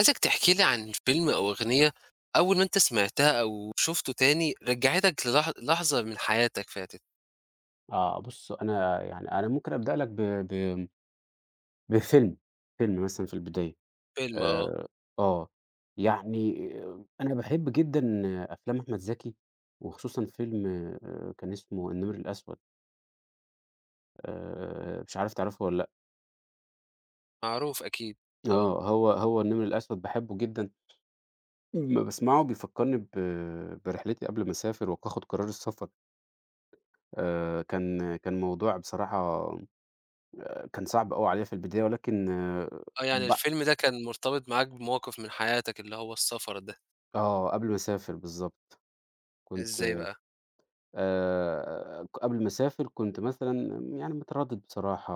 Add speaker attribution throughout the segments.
Speaker 1: عايزك تحكي لي عن فيلم أو أغنية أول ما أنت سمعتها أو شُفته تاني رجّعتك لحظة من حياتك فاتت،
Speaker 2: بُص أنا أنا ممكن أبدأ لك ب بفيلم، فيلم مثلًا في البداية.
Speaker 1: فيلم آه،
Speaker 2: آآ، آه، أنا باحب جدًا أفلام أحمد زكي، وخصوصًا فيلم كان اسمه النمر الأسود. مش عارف تعرفه والّا
Speaker 1: معروف أكيد،
Speaker 2: لأ؟
Speaker 1: آه،
Speaker 2: آه، هو النمر الأسود باحبه جدًا، لمّا باسمعه بيفكرني برحلتي قبل ما أسافر وآخد قرار السفر. كان موضوع بصراحة كان صعب أوي عليَّ في البداية، ولكن
Speaker 1: آه يعني
Speaker 2: ب
Speaker 1: الفيلم ده كان مرتبط معاك بموقف من حياتك اللي هو السفر ده،
Speaker 2: آه، قبل ما أسافر بالضبط، كنت.
Speaker 1: إزاي بقى؟
Speaker 2: قبل ما أسافر كنت مثلًا يعني متردد بصراحة،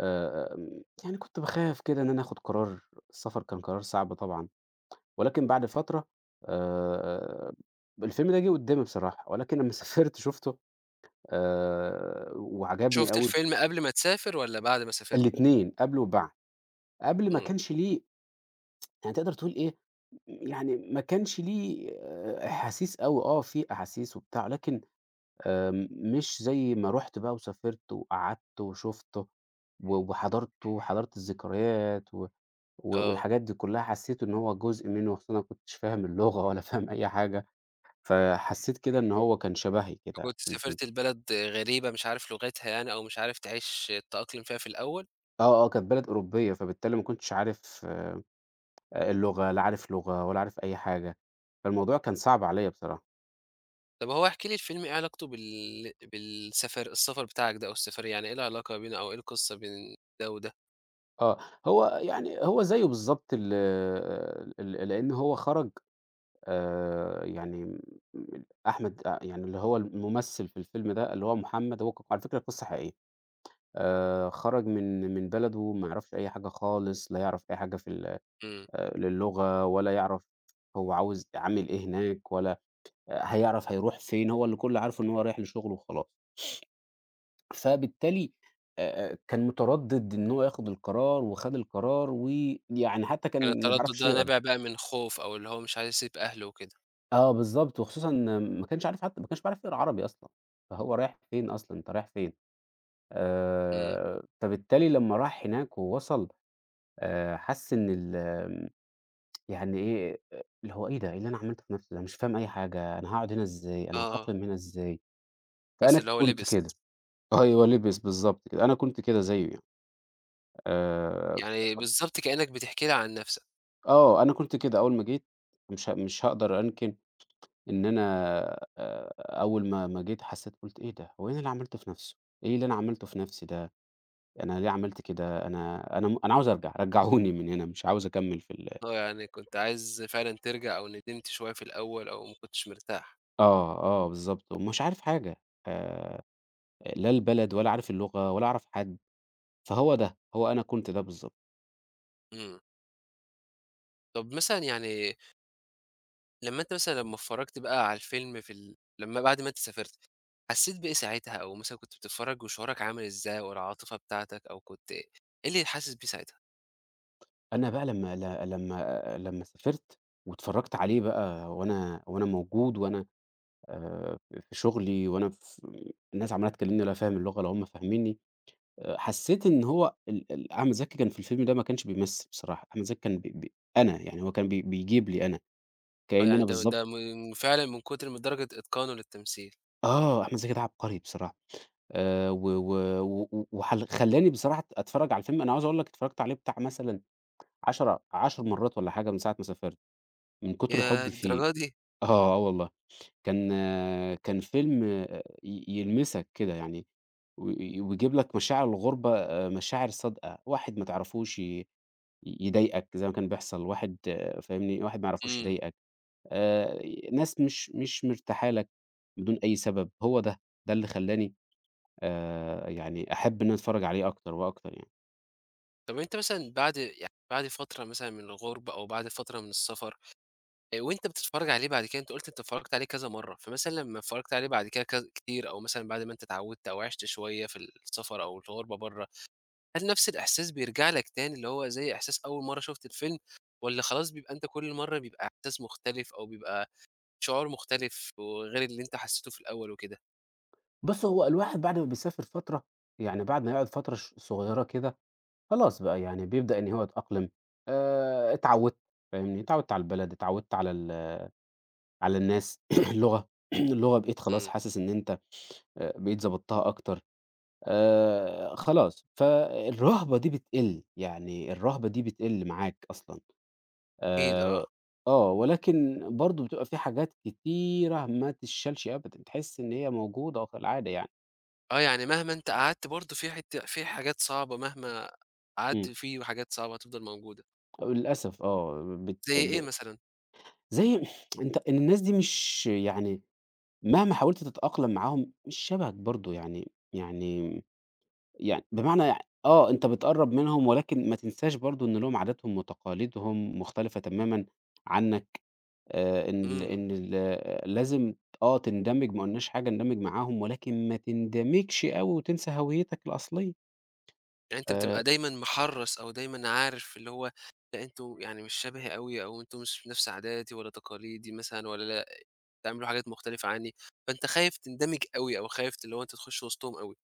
Speaker 2: آمم، يعني كنت باخاف كده إن أنا آخُد قرار، السفر كان قرار صعب طبعًا، ولكن بعد فترة آآ الفيلم ده جِه قدّامي بصراحة، ولكن لمّا سافرت شُفته وعجبني
Speaker 1: شُفت
Speaker 2: أوي.
Speaker 1: الفيلم قبل ما تسافر والّا بعد ما سافرت؟
Speaker 2: الاتنين قبل وبعد، قبل ما
Speaker 1: إمم،
Speaker 2: كانش ليه يعني تقدر تقول إيه، يعني ما كانش ليه آه، أحاسيس أوي، آه في أحاسيس وبتاع، لكن مش زي ما رُحت بقى وسافرت وقعدت وشُفته وحضرته وحضرت الذكريات و و
Speaker 1: آه،
Speaker 2: والحاجات دي كلّها، حسّيت إن هو جزء منّي وخصوصًا أنا ما كنتش فاهم اللغة ولا فاهم أي حاجة، فحسّيت كده إن هو كان شبهي كده
Speaker 1: كنت
Speaker 2: في الفن.
Speaker 1: سافرت لبلد غريبة مش عارف لغتها يعني أو مش عارف تعيش تتأقلم فيها في الأول،
Speaker 2: آه، آه، كانت بلد أوروبية، فبالتالي ما كنتش عارف اللغة، لا عارف لغة ولا عارف أي حاجة، فالموضوع كان صعب عليّا بصراحة.
Speaker 1: طَب هو احكِ لي الفيلم إيه علاقته بالسفر السفر بتاعك ده أو السفرية، يعني إيه العلاقة بينه أو إيه القصة بين ده وده؟
Speaker 2: آه، هو يعني هو زيه بالضبط ال لإن هو خرج. يعني م أحمد أ يعني اللي هو الممثل في الفيلم ده اللي هو محمد هو على فكرة قصة حقيقية، خرج من بلده، ما يعرفش أي حاجة خالص، لا يعرف أي حاجة في ال
Speaker 1: إمم.
Speaker 2: للغة، ولا يعرف هو عاوز عامل إيه هناك ولا آه، هيعرف هيروح فين، هو اللي كل اللي عارفه إن هو رايح لشغله وخلاص. فبالتالي كان متردد إن هو ياخد القرار وخد القرار ويعني حتى
Speaker 1: كان
Speaker 2: كان ما
Speaker 1: التردُّد
Speaker 2: بيعرفش
Speaker 1: ده
Speaker 2: يقرا.
Speaker 1: نابع بقى من خوف أو اللي هو مش عايز يسيب أهله وكده.
Speaker 2: آه بالضبط، وخصوصًا ما كانش عارف، حتى ما كانش بيعرف يقرا عربي أصلًا، فهو رايح فين أصلًا، أنت رايح فين؟
Speaker 1: إمم.
Speaker 2: فبالتالي لمّا راح هناك ووصل حس إن ال يعني إيه، اللي هو إيه ده، إيه اللي أنا عملته في نفسي ده، أنا مش فاهم أي حاجة، أنا هاقعد هنا إزاي، أنا
Speaker 1: آه.
Speaker 2: هاتأقلم هنا إزاي؟
Speaker 1: حاسس
Speaker 2: فأنا
Speaker 1: اللي هو
Speaker 2: كنت
Speaker 1: لبِس.
Speaker 2: كده. أيوه لبس بالضبط كده، أنا كنت كده زيه يعني. آآ،
Speaker 1: يعني بالضبط كإنّك بتحكي لي عن نَفْسك.
Speaker 2: أنا كنت كده أول ما جيت، مش هاقدر أنكر إن أنا آآ أول ما جيت حسّيت، قُلت إيه ده، هو إيه اللي عملته في نَفْسه، إيه اللي أنا عملته في نَفْسي ده، أنا ليه عملت كده، أنا عاوز أرجع، رجّعوني من هنا، مش عاوز أكمّل في ال.
Speaker 1: آه. يعني كنت عايز فعلًا ترجع أو ندمت شوية في الأول أو ما كنتش مرتاح.
Speaker 2: آه، آه بالضبط، ومش عارف حاجة آآ لا البلد ولا عارف اللغة ولا أعرف حد، فهو ده، هو أنا كنت ده بالضبط.
Speaker 1: إمم. طب مثلًا يعني لمّا أنت مثلًا لمّا اتفرّجت بقى على الفيلم في ال لمّا بعد ما أنت سافرت، حسّيت بإيه ساعتها أو مثلًا كنت بتتفرّج وشعورك عامل إزاي والعاطفة بتاعتك أو كنت إيه اللي حاسس بيه ساعتها؟
Speaker 2: أنا بقى لمّا ل لمّا لمّا سافرت واتفرّجت عليه بقى وأنا موجود وأنا في شغلي، وأنا ف الناس عمّالة تكلّمني ولا فاهم اللغة لا هم فاهمينّي. حسّيت إن هو ال ال أحمد زكي كان في الفيلم ده ما كانش بيمثّل بصراحة، أحمد زكي كان بي أنا، يعني هو كان بيجيب لي أنا،
Speaker 1: آه.
Speaker 2: كإنّي
Speaker 1: يعني
Speaker 2: أنا
Speaker 1: ده
Speaker 2: بالضبط.
Speaker 1: ده من فعلًا من كتر من درجة إتقانه للتمثيل.
Speaker 2: آه، أحمد زكي ده عبقري بصراحة. و و و و وحل خلّاني بصراحة أتفرّج على الفيلم، أنا عاوز أقول لك اتفرّجت عليه بتاع مثلًا 10 مرّات والّا حاجة من ساعة ما سافرت، من كتر
Speaker 1: ياه!
Speaker 2: حُبّي فيه.
Speaker 1: للدرجة دي؟!
Speaker 2: آه، آه والله. كان كان فيلم يلمسك كده يعني، ويجيب لك مشاعر الغُربة، مشاعر صادقة، واحد ما تعرفوش يضايقك زي ما كان بيحصل، واحد آه، فاهمني، واحد ما يعرفوش
Speaker 1: إمم.
Speaker 2: يضايقك، آآ ناس مش مرتاحة لك بدون أي سبب. هو ده، ده اللي خلّاني يعني أحب إن أنا أتفرّج عليه أكتر وأكتر يعني.
Speaker 1: طب أنت مثلًا بعد فترة مثلًا من الغُربة أو بعد فترة من السفر، وأنت بتتفرّج عليه بعد كده أنت قُلت أنت اتفرّجت عليه كذا مرّة، فمثلًا لمّا اتفرّجت عليه بعد كده كتير أو مثلًا بعد ما أنت اتعوّدت أو عِشت شوية في السفر أو الغُربة برّه، هل نفس الإحساس بيرجع لك تاني اللي هو زي إحساس أول مرّة شُفت الفيلم والّا خلاص بيبقى أنت كل مرّة بيبقى إحساس مختلف أو بيبقى شعور مختلف وغير اللي أنت حسّيته في الأول وكده؟
Speaker 2: بُص، هو الواحد بعد ما بيسافر فترة، يعني بعد ما يقعد فترة صغيرة كده، خلاص بقى يعني بيبدأ إن هو يتأقلم. اتعوّدت، فاهمني، اتعوّدت على البلد، اتعوّدت على على الناس، اللغة اللغة بقيت خلاص،
Speaker 1: إمم.
Speaker 2: حاسس إن أنت بقيت ضبطتها أكتر. خلاص، فالرهبة دي بتقِل، يعني الرهبة دي بتقِل معاك أصلًا.
Speaker 1: أكيد
Speaker 2: آآ
Speaker 1: آه.
Speaker 2: آه، ولكن برضه بتبقى في حاجات كتيرة ما تتشالش أبدًا، تحس إن هي موجودة كالعادة يعني.
Speaker 1: آه، يعني مهما أنت قعدت برضه في حاجات صعبة مهما قعدت
Speaker 2: إمم،
Speaker 1: فيه وحاجات صعبة هتفضل موجودة،
Speaker 2: للأسف آه، بت
Speaker 1: زي إيه
Speaker 2: ب
Speaker 1: مثلًا؟
Speaker 2: زي أنت الناس دي مش يعني مهما حاولت تتأقلم معاهم مش شبهك برضه يعني يعني يعني بمعنى يع آه، أنت بتقرّب منهم ولكن ما تنساش برضه إن ليهم عاداتهم وتقاليدهم مختلفة تمامًا عنّك، إن ال
Speaker 1: إمم،
Speaker 2: إن ال لازم آه، تندمج. ما قُلناش حاجة، اندمج معاهم ولكن ما تندمجش أوي وتنسى هويتك الأصلية.
Speaker 1: يعني أنت
Speaker 2: آآ
Speaker 1: بتبقى دايمًا محرّص أو دايمًا عارف اللي هو لأ أنتم يعني مش شبهي أوي أو أنتم مش نفس عاداتي ولا تقاليدي مثلًا ولا بتعملوا حاجات مختلفة عنّي، فأنت خايف تندمج أوي أو خايف اللي هو أنت تخُش وسطهم أوي.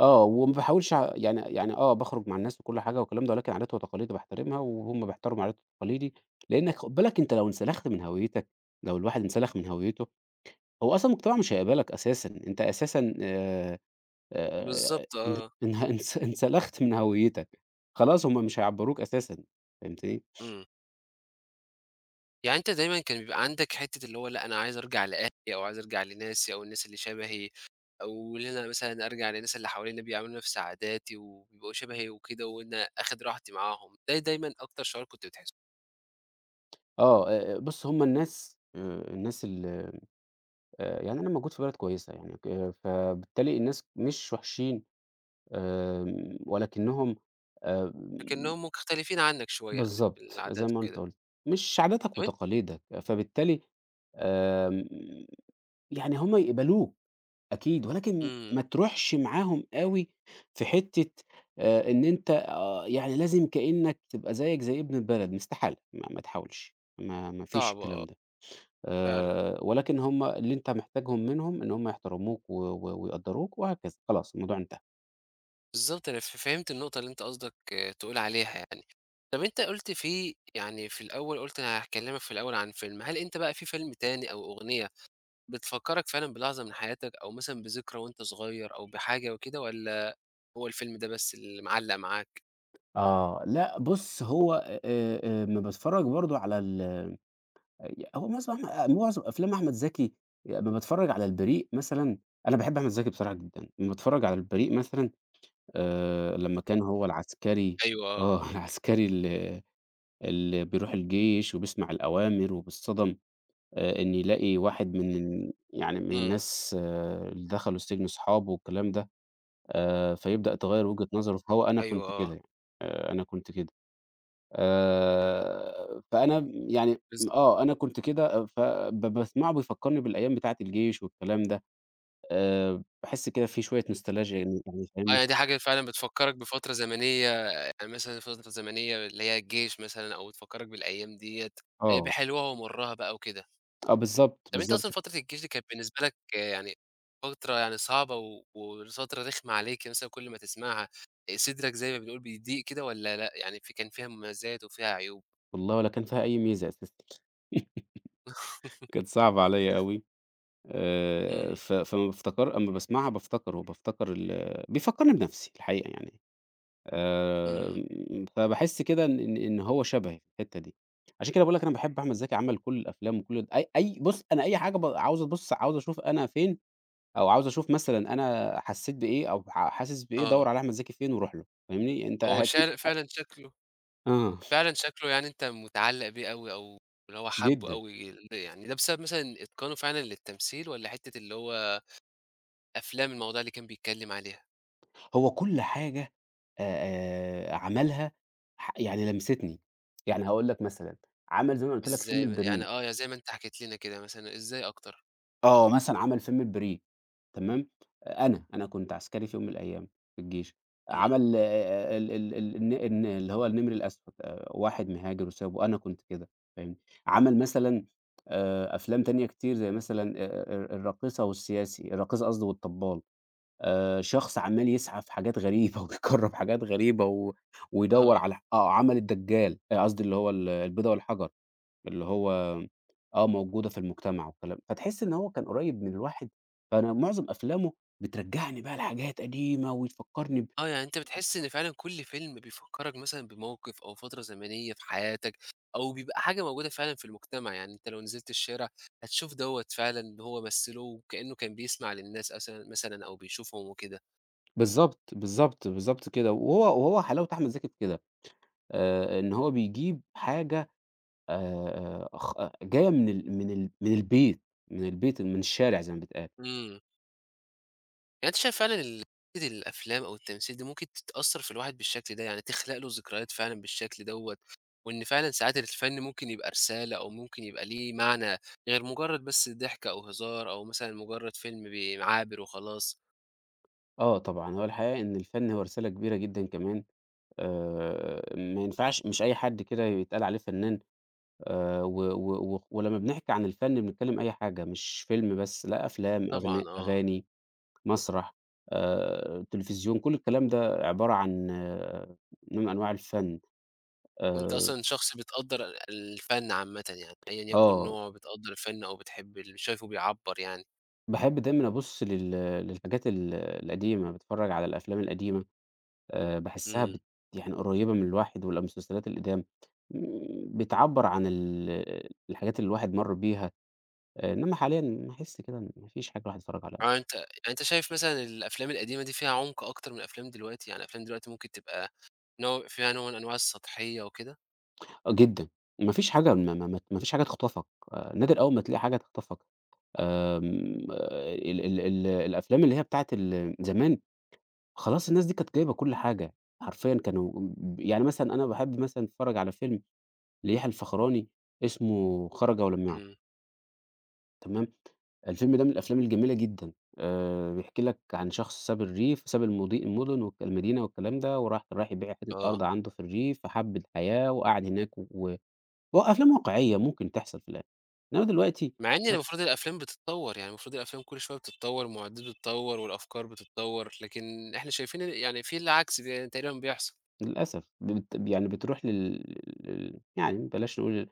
Speaker 2: آه، وما باحاولش ع يعني يعني آه، باخرج مع الناس وكل حاجة والكلام ده، ولكن عادات وتقاليد باحترمها وهُم بيحترموا عاداتي وتقاليدي، لإنك خُد بالك أنت لو انسلخت من هويتك، لو الواحد انسلخ من هويته، هو أصلًا المجتمع مش هيقبلك أساسًا، أنت أساسًا
Speaker 1: بالضبط
Speaker 2: ان
Speaker 1: آه،
Speaker 2: انه انس انسلخت من هويتك، خلاص هُم مش هيعبّروك أساسًا، فهمتني؟
Speaker 1: إمم. يعني أنت دايمًا كان بيبقى عندك حتّة اللي هو لأ، أنا عايز أرجع لأهلي أو عايز أرجع لناسي أو الناس اللي شبهي، أو إن أنا مثلًا أرجع للناس اللي حواليّا بيعملوا نفس عاداتي وبيبقوا شبهي وكده وإن آخد راحتي معاهم، ده دايمًا أكتر شعور كنت بتحسّه،
Speaker 2: بُص هُم الناس، الناس ال يعني أنا موجود في بلد كويسة يعني فبالتالي الناس مش وحشين. آمم، ولكنهم آآ
Speaker 1: لكنّهم مختلفين عنّك شوية يعني في
Speaker 2: بالضبط، زي
Speaker 1: العادات
Speaker 2: ما أنت
Speaker 1: وكده.
Speaker 2: قُلت، مش عاداتك
Speaker 1: طب أنت
Speaker 2: وتقاليدك، فبالتالي آمم، يعني هم يقبلوك أكيد، ولكن
Speaker 1: إمم،
Speaker 2: ما تروحش معاهم أوي في حتّة إن أنت آه، يعني لازم كإنّك تبقى زيّك زي ابن البلد، مستحالة، ما تحاولش، ما فيش
Speaker 1: صعب آه،
Speaker 2: الكلام ده.
Speaker 1: فعلًا.
Speaker 2: ولكن هم اللي أنت محتاجهم منهم إن هم يحترموك و ويقدّروك وهكذا، خلاص الموضوع انتهى.
Speaker 1: بالضبط، أنا فهمت النقطة اللي أنت قصدك آه، تقول عليها يعني. طب أنت قُلت في الأول قُلت أنا هاكلّمك في الأول عن فيلم، هل أنت بقى في فيلم تاني أو أغنية بتفكّرك فعلًا بلحظة من حياتك أو مثلًا بذكرى وأنت صغير أو بحاجة وكده والّا هو الفيلم ده بس اللي معلّق معاك؟
Speaker 2: آه، لأ بُص هو أمّا باتفرّج برضه على ال هو معظم معظم أفلام أحمد زكي، أمّا باتفرّج على البريء مثلًا. أنا باحب أحمد زكي بصراحة جدًا، أمّا باتفرّج على البريء مثلًا لمّا كان هو العسكري،
Speaker 1: أيوه آه،
Speaker 2: آه، العسكري اللي بيروح الجيش وبيسمع الأوامر وبيتصدم، إن يلاقي واحد من ال يعني من
Speaker 1: إمم،
Speaker 2: الناس آه اللي دخلوا السجن صحابه والكلام ده، فيبدأ تغيّر وجهة نظره، فهو أنا
Speaker 1: أيوه
Speaker 2: كنت
Speaker 1: آه،
Speaker 2: كده يعني. أنا كنت كده. فأنا يعني
Speaker 1: بالض
Speaker 2: آه، أنا كنت كده، باسمعه بيفكّرني بالأيام بتاعة الجيش والكلام ده. باحس كده في شوية نوستالجيا يعني يعني
Speaker 1: آه،
Speaker 2: فاهمني؟
Speaker 1: يعني دي حاجة فعلًا بتفكّرك بفترة زمنية يعني مثلًا فترة زمنية اللي هي الجيش مثلًا أو بتفكّرك بالأيام ديّة
Speaker 2: آه،
Speaker 1: بحلوها ومرّها بقى وكده.
Speaker 2: آه بالضبط،
Speaker 1: طَب أنت أصلًا
Speaker 2: بالضبط.
Speaker 1: فترة الجيش دي كانت بالنسبة لك آه، يعني فترة يعني صعبة وفترة رخمة عليك مثلًا كل ما تسمعها صدرك زي ما بنقول بيضيق كده والّا لأ، يعني في كان فيها مميزات وفيها عيوب؟
Speaker 2: والله ولا كان فيها أي ميزة أساسًا، كانت صعبة عليّا أوي.
Speaker 1: إمم.
Speaker 2: ف فلمّا بافتكر، أمّا باسمعها بافتكره، بافتكر ال بيفكّرني بنَفْسي الحقيقة يعني.
Speaker 1: إمم،
Speaker 2: آمم، فباحس كده إن إن هو شبهي في الحتّة دي، عشان كده باقول لك أنا باحب أحمد زكي. عمل كل الأفلام وكل أي أي بُص أنا أي حاجة عاوز عاوز أشوف أنا فين، أو عاوز أشوف مثلًا أنا حسّيت بإيه أو حاسس بإيه، دَوّر
Speaker 1: آه،
Speaker 2: على أحمد زكي فين وروح له، فاهمني؟ أنت
Speaker 1: هو
Speaker 2: هتجيب
Speaker 1: شعر فعلًا شكله
Speaker 2: آه،
Speaker 1: فعلًا شكله يعني أنت متعلّق بيه أوي أو اللي هو حابه
Speaker 2: جدًا،
Speaker 1: أوي، يعني ده بسبب مثلًا إتقانه فعلًا للتمثيل والّا حتّة اللي هو أفلام المواضيع اللي كان بيتكلّم عليها؟
Speaker 2: هو كل حاجة عملها يعني لمستني، يعني هاقول لك مثلًا عمل زي ما أنا قُلت لك فيلم
Speaker 1: إزاي يعني
Speaker 2: البريد.
Speaker 1: آه، زي ما أنت حكيت لنا كده مثلًا، إزاي أكتر؟
Speaker 2: آه، مثلًا عمل فيلم البريء تمام، أنا، أنا كنت عسكري في يوم من الأيام في الجيش.
Speaker 1: إمم،
Speaker 2: عمل ال ال ال الن الن اللي هو النمر الأسود، واحد مهاجر وسابه، أنا كنت كده، فاهمني. عمل مثلًا أفلام تانية كتير زي مثلًا الراقصة والسياسي، الراقصة قصدي والطبال، شخص عمّال يسعى في حاجات غريبة ويجرّب حاجات غريبة و ويدوّر
Speaker 1: آه.
Speaker 2: على ح آه، عمل الدجال، قصدي اللي هو البيضة والحجر. اللي هو آه، موجودة في المجتمع والكلام، فتحس إن هو كان قريب من الواحد، فأنا معظم أفلامه بترجّعني بقى لحاجات قديمة وتفكّرني ب.
Speaker 1: آه، يعني أنت بتحس إن فعلًا كل فيلم بيفكّرك مثلًا بموقف أو فترة زمنية في حياتك، أو بيبقى حاجة موجودة فعلًا في المجتمع، يعني أنت لو نزلت الشارع هتشوف دوّة فعلًا إن هو مثّله وكإنه كان بيسمع للناس أسلًا مثلًا أو بيشوفهم وكده.
Speaker 2: بالضبط، بالضبط، بالضبط كده، وهو حلاوة أحمد زكي في كده، إن هو بيجيب حاجة خ آه، جاية من ال من البيت، من البيت من الشارع زي ما بيتقال.
Speaker 1: إمم، يعني أنت شايف فعلًا فكرة الأفلام أو التمثيل دي ممكن تتأثّر في الواحد بالشكل ده، يعني تخلق له ذكريات فعلًا بالشكل دوّة، وإن فعلًا ساعات الفن ممكن يبقى رسالة أو ممكن يبقى ليه معنى غير مجرّد بس ضحك أو هزار أو مثلًا مجرّد فيلم بي عابر وخلاص.
Speaker 2: آه طبعًا، هو الحقيقة إن الفن هو رسالة كبيرة جدًا كمان، ما ينفعش مش أي حد كده يتقال عليه فنان. و و و ولمّا بنحكي عن الفن بنتكلم أي حاجة، مش فيلم بس، لأ، أفلام،
Speaker 1: طبعًا آه،
Speaker 2: أغاني، مسرح، تلفزيون، كل الكلام ده عبارة عن آه، نوع من أنواع الفن.
Speaker 1: وأنت
Speaker 2: آآ
Speaker 1: أصلًا شخص بتقدّر الفن عامةً يعني، أيًا يكن
Speaker 2: آه،
Speaker 1: نوعه بتقدّر الفن أو بتحب اللي شايفه بيعبّر يعني،
Speaker 2: باحب دايمًا أبُص لل للحاجات القديمة، باتفرّج على الأفلام القديمة، باحسّها
Speaker 1: إمم.
Speaker 2: يعني قريّبة من الواحد، والمسلسلات القدام، بتعبّر عن ال الحاجات اللي الواحد مَر بيها، آه، إنّما حاليًا باحس كده إن ما فيش حاجة الواحد يتفرّج عليها.
Speaker 1: آه يعني أنت يعني أنت شايف مثلًا الأفلام القديمة دي فيها عُمق أكتر من أفلام دلوقتي؟ يعني أفلام دلوقتي ممكن تبقى نوع فيها نوع من أنواع السطحية وكده؟
Speaker 2: آه جدًا، ما فيش حاجة، ما ما ما فيش حاجة تخطفك، نادر أول ما تلاقي حاجة تخطفك. آه، ال ال ال الأفلام اللي هي بتاعة ال زمان، خلاص الناس دي كانت جايبة كل حاجة، حرفيًا كانوا ب يعني مثلًا أنا باحب مثلًا أتفرّج على فيلم ليحيى الفخراني اسمه خرج ولم يعد.
Speaker 1: إمم.
Speaker 2: تمام، الفيلم ده من الأفلام الجميلة جدًا، بيحكي لك عن شخص ساب الريف، ساب المضي المدن والمدينة والكلام ده، وراح رايح يبيع حتة
Speaker 1: آه،
Speaker 2: أرض عنده في الريف، فحب الحياة وقعد هناك، وأفلام واقعية ممكن تحصل في الآخر. إنما دلوقتي
Speaker 1: مع إن
Speaker 2: بت
Speaker 1: المفروض الأفلام بتتطوّر، يعني المفروض الأفلام كل شوية بتتطوّر، المعدات بتتطوّر والأفكار بتتطوّر، لكن إحنا شايفين إن يعني في العكس ده تقريبًا بيحصل.
Speaker 2: للأسف يعني بتروح لل لل يعني بلاش نقول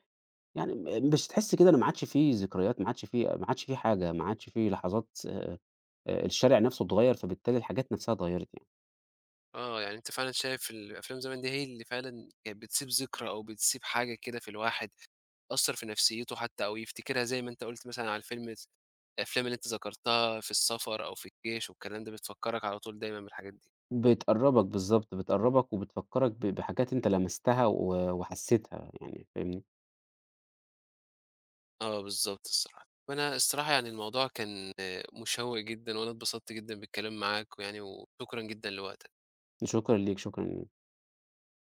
Speaker 2: يعني، مش تحس كده إن ما عادش في ذكريات، ما عادش في، ما عادش في حاجة، ما عادش في لحظات. الشارع نفسه اتغيّر، فبالتالي الحاجات نفسها اتغيّرت يعني.
Speaker 1: آه، يعني أنت فعلًا شايف الأفلام زمان دي هي اللي فعلًا كانت بتسيب ذكرى أو بتسيب حاجة كده في الواحد، تأثّر في نفسيته حتى أو يفتكرها زي ما أنت قُلت مثلًا على الفيلم س الأفلام اللي أنت ذكرتها في السفر أو في الجيش والكلام ده، بتفكّرك على طول دايمًا بالحاجات دي.
Speaker 2: بتقرّبك بالضبط، بتقرّبك وبتفكّرك بحاجات أنت لمستها و وحسّيتها يعني، فاهمني؟
Speaker 1: آه، بالضبط الصراحة. وأنا الصراحة يعني الموضوع كان مشوّق جدًا وأنا اتبسطت جدًا بالكلام معاك وشكرًا جدًا لوقتك.
Speaker 2: شكرًا ليك، شكرًا.